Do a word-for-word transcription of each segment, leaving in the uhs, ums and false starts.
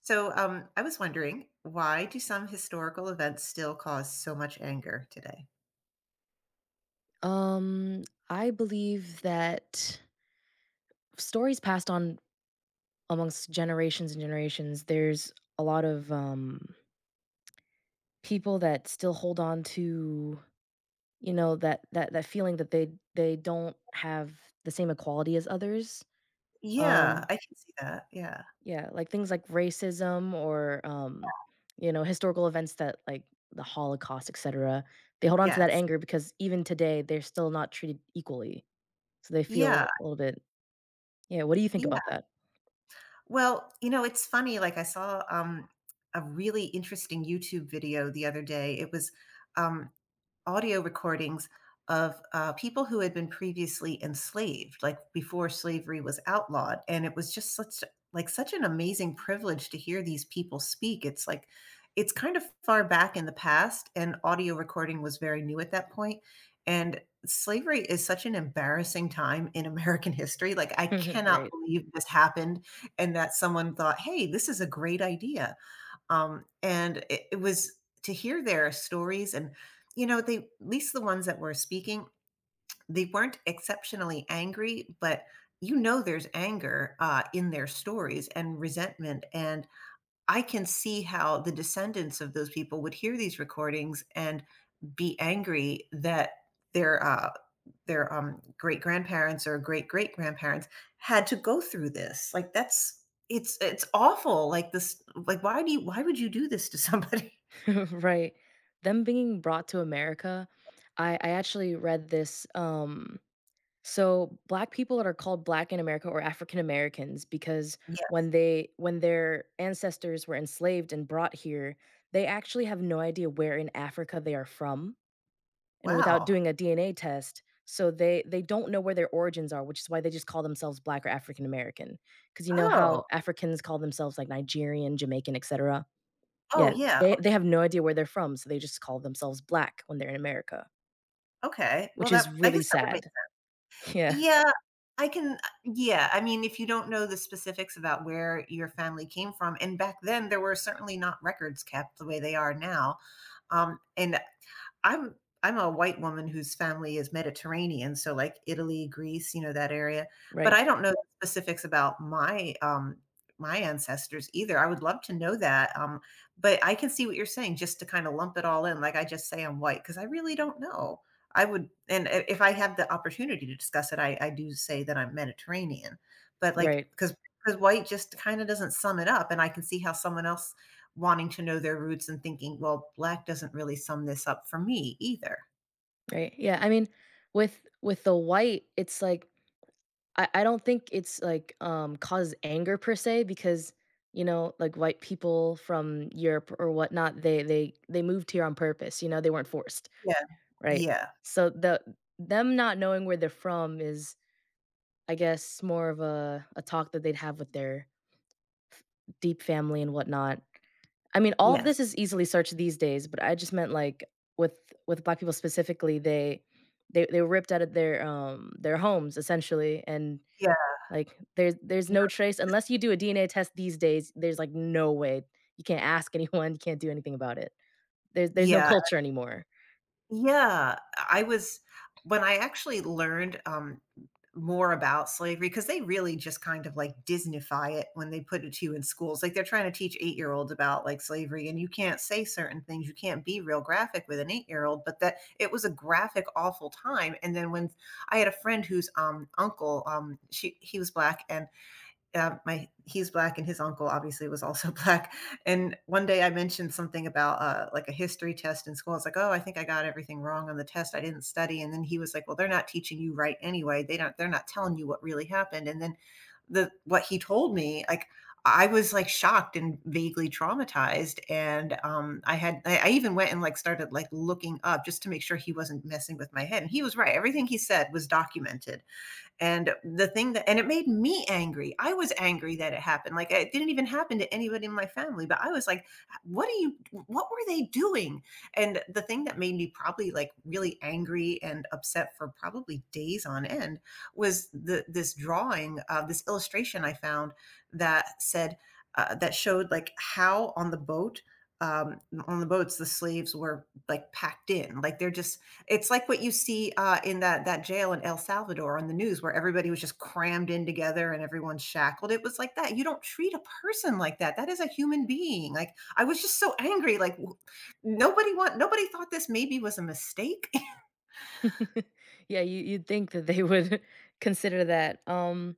So, um, I was wondering, why do some historical events still cause so much anger today? Um, I believe that stories passed on amongst generations and generations, there's a lot of um people that still hold on to, you know, that that that feeling that they they don't have the same equality as others. Yeah, Um, I can see that. Yeah. yeah, like things like racism or um, you know, historical events that like the Holocaust, et cetera. They hold on to that Yes. anger because even today they're still not treated equally. So they Yeah. feel a little bit yeah, what do you think Yeah. about that? Well, you know, it's funny. Like I saw um, a really interesting YouTube video the other day. It was um, audio recordings of uh, people who had been previously enslaved, like before slavery was outlawed. And it was just such like such an amazing privilege to hear these people speak. It's like it's kind of far back in the past, and audio recording was very new at that point. And slavery is such an embarrassing time in American history. Like, I cannot Right. believe this happened and that someone thought, hey, this is a great idea. Um, and it, it was to hear their stories, and you know they, at least the ones that were speaking, they weren't exceptionally angry, but you know there's anger uh, in their stories and resentment. And I can see how the descendants of those people would hear these recordings and be angry that their uh, their um, great grandparents or great great grandparents had to go through this. Like, that's it's it's awful. Like this. Like, why do you why would you do this to somebody? Right. Them being brought to America, I I actually read this um so black people that are called black in America or African Americans because Yeah. when they when their ancestors were enslaved and brought here, they actually have no idea where in Africa they are from, and without Wow. doing a D N A test, so they they don't know where their origins are, which is why they just call themselves black or African American. Cuz you know Oh. how Africans call themselves like Nigerian, Jamaican, et cetera. Oh Yeah, yeah. o- they they have no idea where they're from, so they just call themselves black when they're in America, Okay. Well, which is that, I really guess that would make. sad. Yeah, Yeah. I can. Yeah. I mean, if you don't know the specifics about where your family came from, and back then there were certainly not records kept the way they are now. Um, and I'm I'm a white woman whose family is Mediterranean, so like Italy, Greece, you know, that area. But right, I don't know the specifics about my um my ancestors either. I would love to know that. Um, but I can see what you're saying, just to kind of lump it all in. Like, I just say I'm white, because I really don't know. I would, and i- if I have the opportunity to discuss it, I, I do say that I'm Mediterranean. But like, right, because because white just kind of doesn't sum it up, and I can see how someone else wanting to know their roots and thinking, "Well, black doesn't really sum this up for me either." right. Yeah, I mean, with with the white, it's like I I don't think it's like, um, causes anger per se because, you know, like, white people from Europe or whatnot, they they they moved here on purpose, you know, they weren't forced, Yeah, right? yeah, So the them not knowing where they're from is, I guess, more of a a talk that they'd have with their deep family and whatnot. I mean, all of yes, this is easily searched these days, but I just meant like with with black people specifically, they they they were ripped out of their um their homes essentially, and yeah, like there's there's no, no trace this unless you do a D N A test these days. There's like no way you can't ask anyone, you can't do anything about it. There's there's no yeah, culture anymore. yeah, I was when I actually learned, um, more about slavery, because they really just kind of, like, Disneyfy it when they put it to you in schools. Like, they're trying to teach eight-year-olds about, like, slavery, and you can't say certain things, you can't be real graphic with an eight-year-old, but that it was a graphic, awful time. And then when I had a friend whose, um, uncle, um, she he was black, and uh, my he's black, and his uncle obviously was also black. And one day I mentioned something about uh, like a history test in school. I was like, oh, I think I got everything wrong on the test, I didn't study. And then he was like, well, they're not teaching you right anyway, they don't they're not telling you what really happened. And then the what he told me, like, I was like shocked and vaguely traumatized. And um i had i, I even went and, like, started, like, looking up just to make sure he wasn't messing with my head. And he was right, everything he said was documented. And the thing that, and it made me angry. I was angry that it happened. Like, it didn't even happen to anybody in my family, but I was like, what are you, what were they doing? And the thing that made me probably, like, really angry and upset for probably days on end was the, this drawing, uh, this illustration I found that said, uh, that showed like how on the boat, um, on the boats the slaves were like packed in, like they're just, it's like what you see, uh, in that that jail in El Salvador on the news, where everybody was just crammed in together and everyone's shackled. It was like that. You don't treat a person like that. That is a human being. Like, I was just so angry, like, w nobody want nobody thought this maybe was a mistake. Yeah, you you'd think that they would consider that. Um,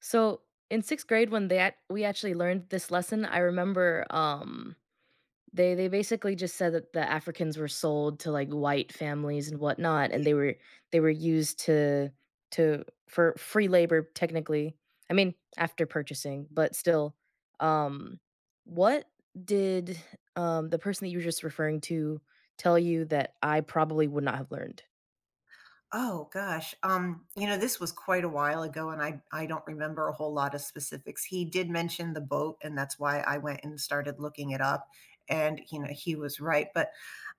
so in sixth grade when they act- we actually learned this lesson, I remember um They they basically just said that the Africans were sold to, like, white families and whatnot, and they were they were used to to for free labor technically. I mean, after purchasing, but still. Um, what did, um, the person that you were just referring to tell you that I probably would not have learned? Oh gosh, um, you know, this was quite a while ago, and I I don't remember a whole lot of specifics. He did mention the boat, and that's why I went and started looking it up, and you know, he was right. But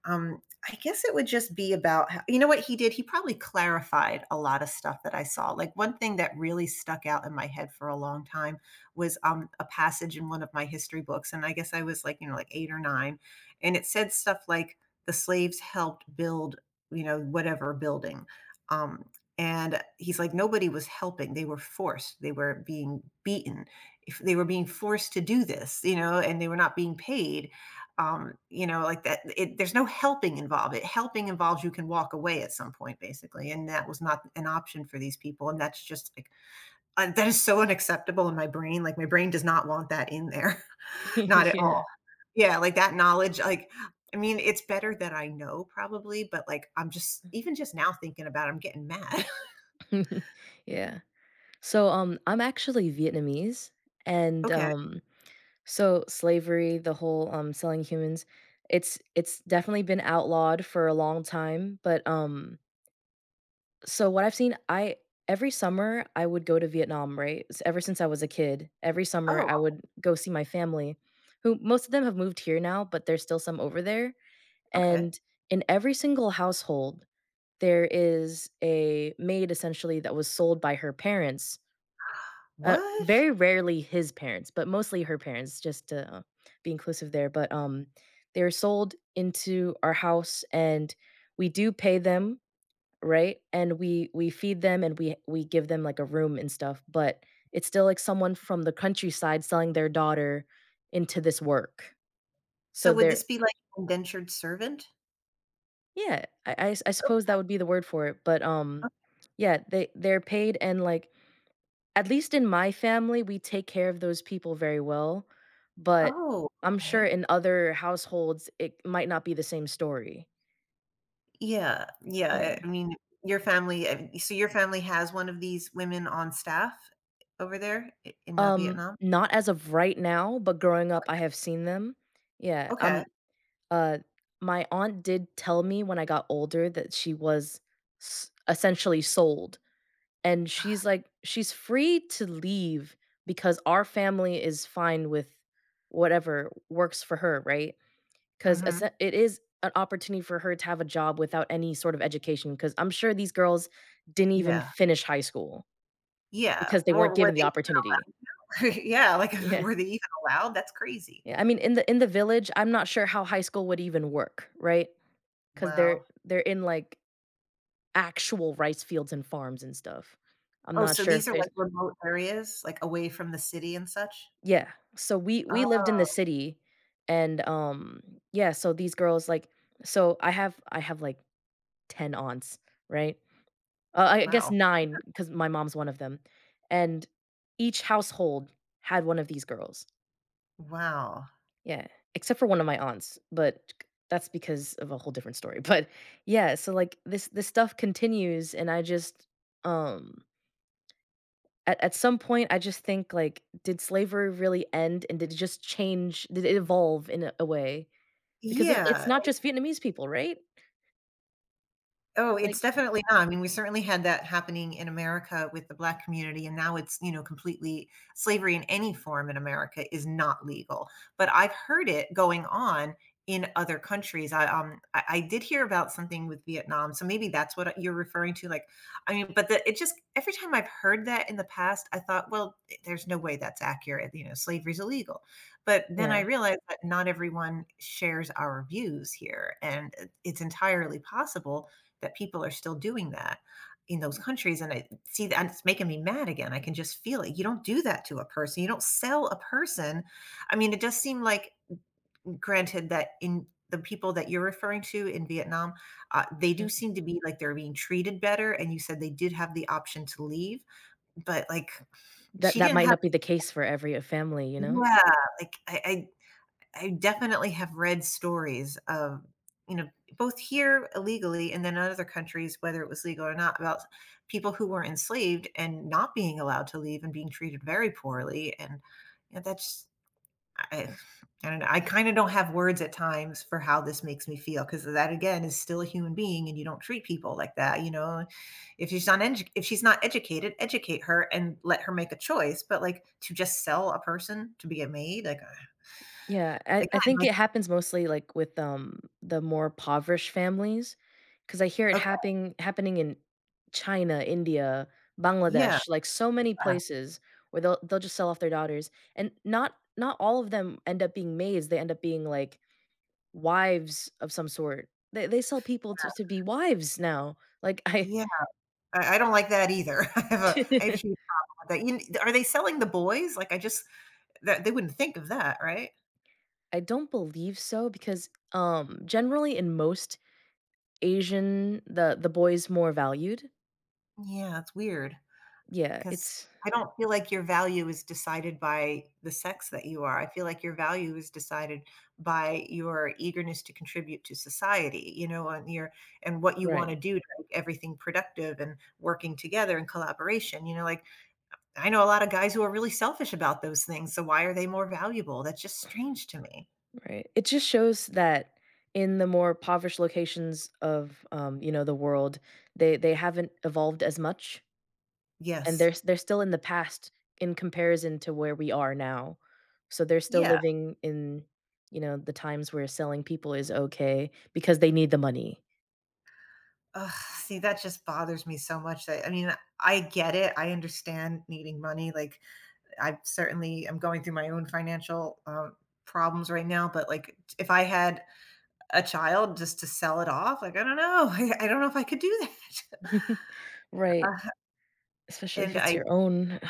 um, I guess it would just be about how, you know what he did. He probably clarified a lot of stuff that I saw. Like, one thing that really stuck out in my head for a long time was um, a passage in one of my history books. And I guess I was like, you know like eight or nine, and it said stuff like the slaves helped build, you know whatever building, um, and he's like, nobody was helping. They were forced. They were being beaten. If they were being forced to do this, you know, and they were not being paid, um, you know, like that. It, there's no helping involved. It helping involves you can walk away at some point, basically, and that was not an option for these people. And that's just like, uh, that is so unacceptable in my brain. Like, my brain does not want that in there, not at Yeah. all. Yeah, like that knowledge. Like, I mean, it's better that I know probably, but like I'm just, even just now thinking about it, I'm getting mad. Yeah. So, um, I'm actually Vietnamese, and, Okay. um, so slavery, the whole, um, selling humans, it's it's definitely been outlawed for a long time, but, um so what I've seen, I every summer, I would go to Vietnam, right? S ever since I was a kid, every summer, Oh, I would go see my family, who most of them have moved here now, but there's still some over there, okay. and in every single household, there is a maid, essentially, that was sold by her parents uh, What? very rarely his parents, but mostly her parents, just to uh, be inclusive there. But um, they were sold into our house, and we do pay them, right? And we we feed them, and we we give them like a room and stuff. But it's still like someone from the countryside selling their daughter into this work. So So would they're this be like indentured servant? yeah, I I, s- I Oh, suppose that would be the word for it. But um, o yeah, they they're paid and like at least in my family, we take care of those people very well, but oh, I'm sure okay. in other households, it might not be the same story. Yeah, Yeah. yeah, I mean, your family uh, so your family has one of these women on staff over there, I in, uh, Um, Vietnam? not as of right now, but growing up, I have seen them. Yeah, Okay. um, uh, my aunt did tell me when I got older that she was s essentially sold, and she's like she's free to leave because our family is fine with whatever works for her, right? 'Cause Mhm. it's an opportunity for her to have a job without any sort of education, because 'cause I'm sure these girls didn't even Yeah. finish high school Yeah, because they weren't or were given the they? opportunity. Yeah, like, Yeah. were they even allowed? That's crazy. Yeah, I mean, in the in the village, I'm not sure how high school would even work, right? because they 'Cause they're Wow. they're in, like, actual rice fields and farms and stuff. I'm Oh, not so sure if these are, like, there's remote areas, like, away from the city and such? yeah. So we we Oh, lived in the city and, um, yeah, so these girls, like so I have I have, like, ten aunts, right? Uh, I guess wow. nine, because my mom's one of them, and each household had one of these girls. Wow. Yeah, except for one of my aunts, but that's because of a whole different story, but yeah, so, like, this this stuff continues, and I just, um at at some point, I just think, like, did slavery really end, and did it just change did it evolve in a a way? Because it's it's Yeah. not just Vietnamese people, right? Oh, Like it's definitely not. I mean, we certainly had that happening in America with the black community, and now it's, you know, completely slavery in any form in America is not legal. But I've heard it going on in other countries. I um I, I did hear about something with Vietnam, so maybe that's what you're referring to. Like, I mean, but the, it just every time I've heard that in the past, I thought, well, eh, there's no way that's accurate. You know, slavery's illegal. But then I yeah, realized that not everyone shares our views here, and eh, it's entirely possible that people are still doing that in those countries. And I see that, and it's making me mad again. I can just feel it. You don't do that to a person. You don't sell a person. I mean, it does seem like, granted, that in the people that you're referring to in Vietnam, uh, they mhm. do seem to be, like, they're being treated better, and you said they did have the option to leave, but like That she that didn't might have. not be the case for every, uh, family, you know? Yeah, like, I, I I definitely have read stories of, you know, both here illegally and then in other countries, whether it was legal or not, about people who were enslaved and not being allowed to leave and being treated very poorly. And you know, that's, I, I don't know. I kind of don't have words at times for how this makes me feel, because that again is still a human being, and you don't treat people like that. You know, if she's not edu- if she's not educated, educate her and let her make a choice. But like, to just sell a person to be a maid, like Yeah, I again, I think like. it happens mostly, like, with, um, the more impoverished families, because I hear it happening happening in China, India, Yeah, Bangladesh, like, so many places where they'll they'll just sell off their daughters, and not not all of them end up being maids, they end up being, like, wives of some sort. They they sell people to to be wives now, like, I yeah, I I don't like that either. I have a I have a huge problem with that. You are they selling the boys? Like, I just that they wouldn't think of that, right? I don't believe so because, um, generally in most Asian, the the boy's more valued. Yeah, it's weird Yeah, because it's I don't feel like your value is decided by the sex that you are. I feel like your value is decided by your eagerness to contribute to society, you know, and your and what you right, wanna do to make everything productive and working together and collaboration, you know, like, I know a lot of guys who are really selfish about those things, so why are they more valuable? That's just strange to me. right. It just shows that in the more impoverished locations of, um, you know, the world, they they haven't evolved as much, and Yes. they're s they're still in the past in comparison to where we are now. So they're still Yeah. living in, you know, the times where selling people is okay because they need the money. Ugh, see, that just bothers me so much that, I mean, I get it. I understand needing money. Like, I certainly am going through my own financial, um, problems right now, but, like, if I had a child just to sell it off, like, I don't know. I I don't know if I could do that. Right, Uh, especially and if it's I your own.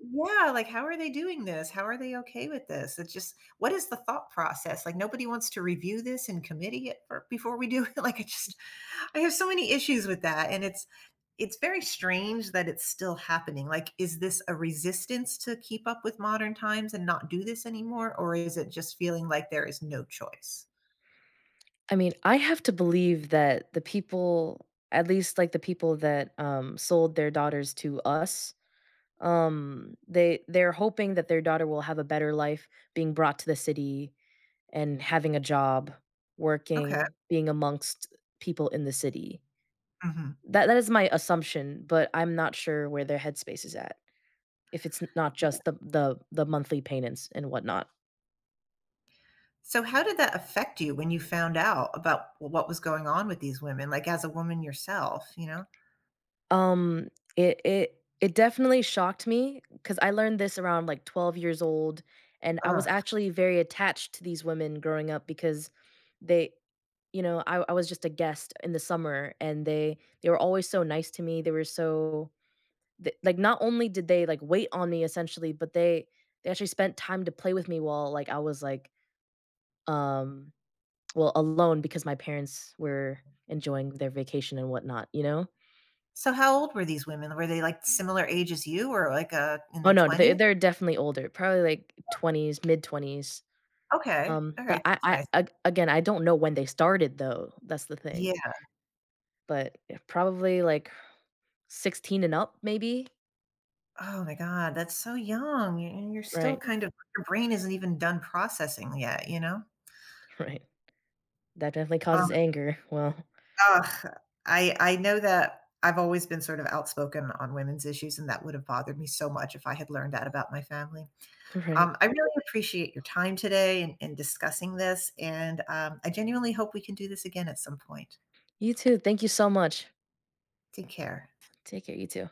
Yeah, like, how are they doing this? How are they okay with this? It's just, what is the thought process? Like, nobody wants to review this in committee, er, before we do it? Like, I just I have so many issues with that, and it's it's very strange that it's still happening. Like, is this a resistance to keep up with modern times and not do this anymore, or is it just feeling like there is no choice? I mean, I have to believe that the people at least, like, the people that, um, sold their daughters to us Um, they they're hoping that their daughter will have a better life being brought to the city and having a job, Okay. working, being amongst people in the city. Mhm. That that is my assumption, but I'm not sure where their headspace is at, if it's n not just the the the monthly payments and whatnot. So how did that affect you when you found out about, well, what was going on with these women, like, as a woman yourself, you know? Um, it it it definitely shocked me because I learned this around, like, twelve years old, and I was Ugh. actually very attached to these women growing up because they you know, I I was just a guest in the summer, and they they were always so nice to me, they were so th like, not only did they, like, wait on me essentially, but they they actually spent time to play with me while, like, I was, like, um, well, alone because my parents were enjoying their vacation and whatnot, you know? So how old were these women? Were they, like, similar age as you or, like, uh, in Oh, their no, they twenties? they're definitely older, probably, like, twenties, mid-twenties, Okay. um, Alright, but that I was I nice. ag again, I don't know when they started, though, that's the thing, Yeah. but, eh, probably, like, sixteen and up, maybe? Oh my god, that's so young, and and you're still Right, kind of, your brain isn't even done processing yet, you know? right. That definitely causes Um, anger. Well, Ugh, I I know that I've always been sort of outspoken on women's issues, and that would have bothered me so much if I had learned that about my family. right. Um, I really appreciate your time today and in discussing this, and, um, I genuinely hope we can do this again at some point. You too. Thank you so much. Take care. Take care. You too.